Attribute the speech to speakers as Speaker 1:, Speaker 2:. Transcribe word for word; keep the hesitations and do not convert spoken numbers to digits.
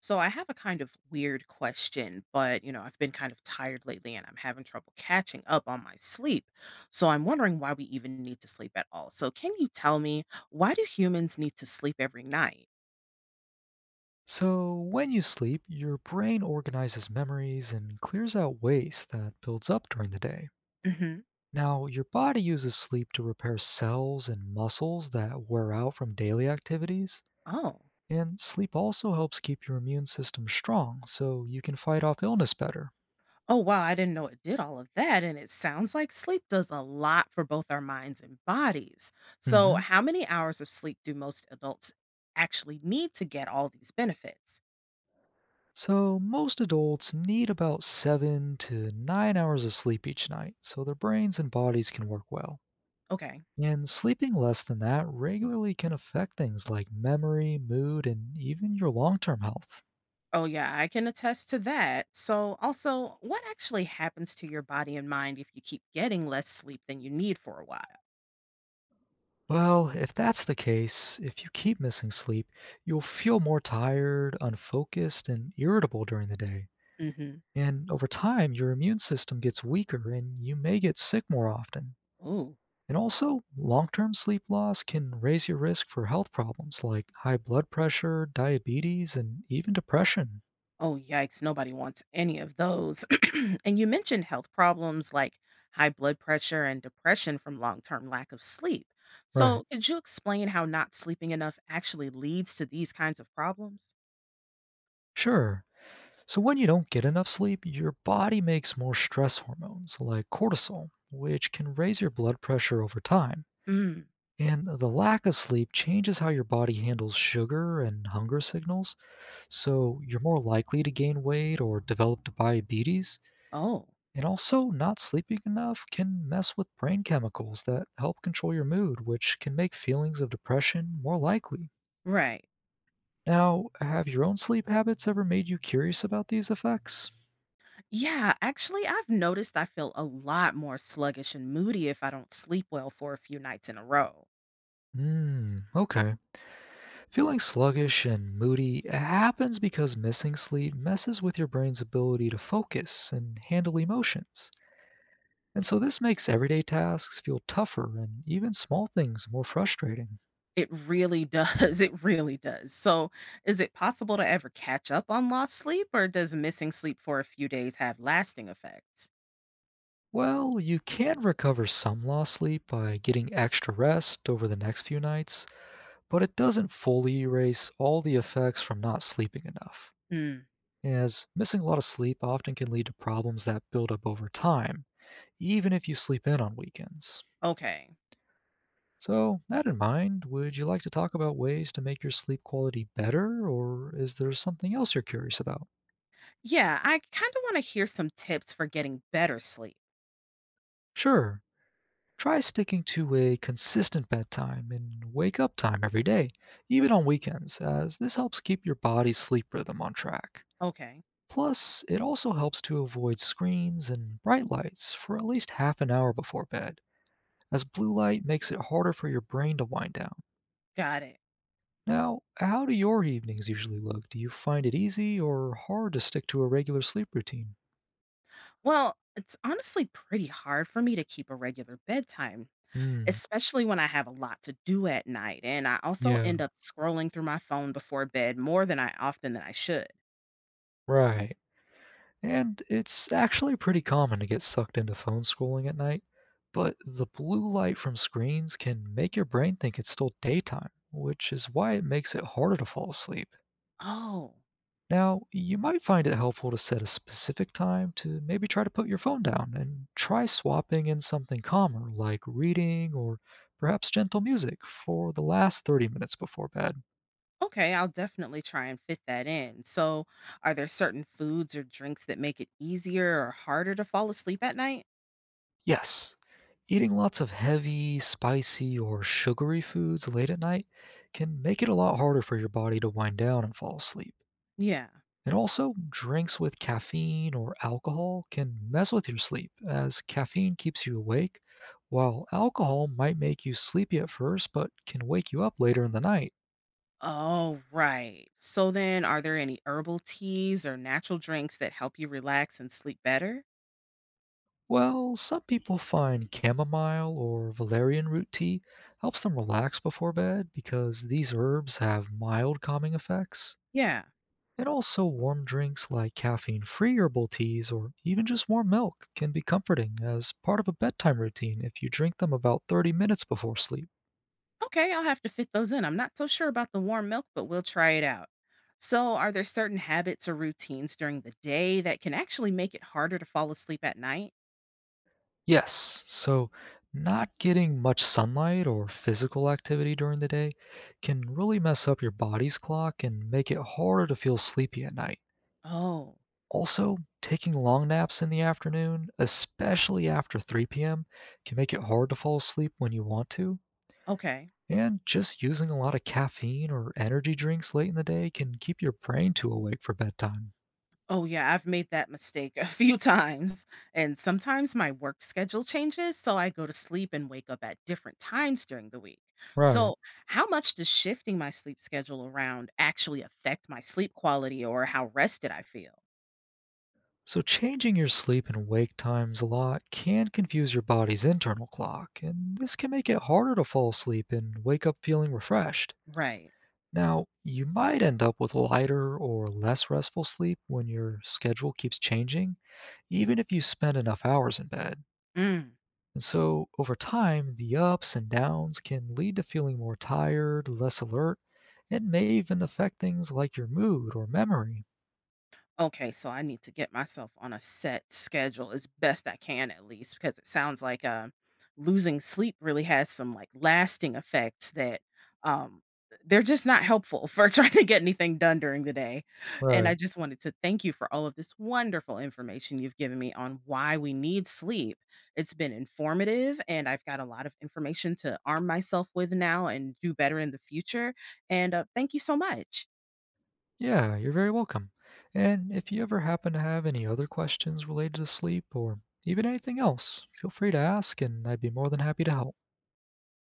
Speaker 1: So I have a kind of weird question, but you know, I've been kind of tired lately and I'm having trouble catching up on my sleep. So I'm wondering why we even need to sleep at all. So can you tell me, why do humans need to sleep every night?
Speaker 2: So, when you sleep, your brain organizes memories and clears out waste that builds up during the day.
Speaker 1: Mhm.
Speaker 2: Now, your body uses sleep to repair cells and muscles that wear out from daily activities,
Speaker 1: Oh.
Speaker 2: and sleep also helps keep your immune system strong so you can fight off illness better.
Speaker 1: Oh wow, I didn't know it did all of that, and it sounds like sleep does a lot for both our minds and bodies. So
Speaker 2: hmm
Speaker 1: how many hours of sleep do most adults actually need to get all these benefits?
Speaker 2: So, most adults need about seven to nine hours of sleep each night so their brains and bodies can work well.
Speaker 1: Okay.
Speaker 2: And sleeping less than that regularly can affect things like memory, mood, and even your long term health.
Speaker 1: Oh, yeah, I can attest to that. So, also, what actually happens to your body and mind if you keep getting less sleep than you need for a while?
Speaker 2: Well, if that's the case, if you keep missing sleep, you'll feel more tired, unfocused, and irritable during the day.
Speaker 1: hmm
Speaker 2: And over time, your immune system gets weaker and you may get sick more often.
Speaker 1: Oh,
Speaker 2: And also, long term sleep loss can raise your risk for health problems like high blood pressure, diabetes, and even depression.
Speaker 1: oh, yikes. Nobody wants any of those. And you mentioned health problems like high blood pressure and depression from long term lack of sleep.
Speaker 2: Right.
Speaker 1: So, could you explain how not sleeping enough actually leads to these kinds of problems?
Speaker 2: Sure. So, when you don't get enough sleep, your body makes more stress hormones like cortisol, which can raise your blood pressure over time.
Speaker 1: Mm.
Speaker 2: And the lack of sleep changes how your body handles sugar and hunger signals, so you're more likely to gain weight or develop diabetes.
Speaker 1: Oh,
Speaker 2: And also, not sleeping enough can mess with brain chemicals that help control your mood, which can make feelings of depression more likely.
Speaker 1: right.
Speaker 2: Now, have your own sleep habits ever made you curious about these effects?
Speaker 1: Yeah, actually, I've noticed I feel a lot more sluggish and moody if I don't sleep well for a few nights in a row.
Speaker 2: Hmm, okay. Feeling sluggish and moody happens because missing sleep messes with your brain's ability to focus and handle emotions. And so this makes everyday tasks feel tougher and even small things more frustrating.
Speaker 1: It really does. It really does. So, is it possible to ever catch up on lost sleep, or does missing sleep for a few days have lasting effects?
Speaker 2: Well, you can recover some lost sleep by getting extra rest over the next few nights, but it doesn't fully erase all the effects from not sleeping enough.
Speaker 1: Hmm.
Speaker 2: As missing a lot of sleep often can lead to problems that build up over time, even if you sleep in on weekends.
Speaker 1: Okay.
Speaker 2: So, that in mind, would you like to talk about ways to make your sleep quality better, or is there something else you're curious about?
Speaker 1: Yeah, I kind of want to hear some tips for getting better sleep.
Speaker 2: Sure, try sticking to a consistent bedtime and wake up time every day, even on weekends, as this helps keep your body's sleep rhythm on track.
Speaker 1: Okay.
Speaker 2: Plus, it also helps to avoid screens and bright lights for at least half an hour before bed, as blue light makes it harder for your brain to wind down.
Speaker 1: Got it.
Speaker 2: Now, how do your evenings usually look? Do you find it easy or hard to stick to a regular sleep routine?
Speaker 1: Well, it's honestly pretty hard for me to keep a regular bedtime,
Speaker 2: Mm,
Speaker 1: especially when I have a lot to do at night, and I also
Speaker 2: yeah,
Speaker 1: end up scrolling through my phone before bed more than I often than I should.
Speaker 2: right. And it's actually pretty common to get sucked into phone scrolling at night, but the blue light from screens can make your brain think it's still daytime, which is why it makes it harder to fall asleep.
Speaker 1: Oh,
Speaker 2: Now, you might find it helpful to set a specific time to maybe try to put your phone down and try swapping in something calmer like reading or perhaps gentle music for the last thirty minutes before bed.
Speaker 1: okay, I'll definitely try and fit that in. So, are there certain foods or drinks that make it easier or harder to fall asleep at night?
Speaker 2: Yes, eating lots of heavy, spicy, or sugary foods late at night can make it a lot harder for your body to wind down and fall asleep.
Speaker 1: Yeah.
Speaker 2: And also, drinks with caffeine or alcohol can mess with your sleep, as caffeine keeps you awake, while alcohol might make you sleepy at first but can wake you up later in the night.
Speaker 1: Oh, right. So then, are there any herbal teas or natural drinks that help you relax and sleep better?
Speaker 2: Well, some people find chamomile or valerian root tea helps them relax before bed because these herbs have mild calming effects.
Speaker 1: Yeah.
Speaker 2: And also, warm drinks like caffeine free herbal teas or even just warm milk can be comforting as part of a bedtime routine if you drink them about thirty minutes before sleep.
Speaker 1: Okay, I'll have to fit those in. I'm not so sure about the warm milk, but we'll try it out. So, are there certain habits or routines during the day that can actually make it harder to fall asleep at night?
Speaker 2: Yes. So, not getting much sunlight or physical activity during the day can really mess up your body's clock and make it harder to feel sleepy at night.
Speaker 1: Oh,
Speaker 2: Also, taking long naps in the afternoon, especially after three p m, can make it hard to fall asleep when you want to.
Speaker 1: okay.
Speaker 2: And just using a lot of caffeine or energy drinks late in the day can keep your brain too awake for bedtime.
Speaker 1: Oh, yeah, I've made that mistake a few times. And sometimes my work schedule changes, so I go to sleep and wake up at different times during the week.
Speaker 2: Right.
Speaker 1: So, how much does shifting my sleep schedule around actually affect my sleep quality or how rested I feel?
Speaker 2: So, changing your sleep and wake times a lot can confuse your body's internal clock, and this can make it harder to fall asleep and wake up feeling refreshed.
Speaker 1: Right.
Speaker 2: Now, you might end up with lighter or less restful sleep when your schedule keeps changing, even if you spend enough hours in bed.
Speaker 1: Mm.
Speaker 2: And so, over time, the ups and downs can lead to feeling more tired, less alert, and may even affect things like your mood or memory.
Speaker 1: Okay, so I need to get myself on a set schedule as best I can, at least, because it sounds like uh, losing sleep really has some like lasting effects that um, they're just not helpful for trying to get anything done during the day. And I
Speaker 2: Right.
Speaker 1: just wanted to thank you for all of this wonderful information you've given me on why we need sleep. It's been informative, and I've got a lot of information to arm myself with now and do better in the future. And uh, thank you so much.
Speaker 2: Yeah, you're very welcome. And if you ever happen to have any other questions related to sleep or even anything else, feel free to ask and I'd be more than happy to help.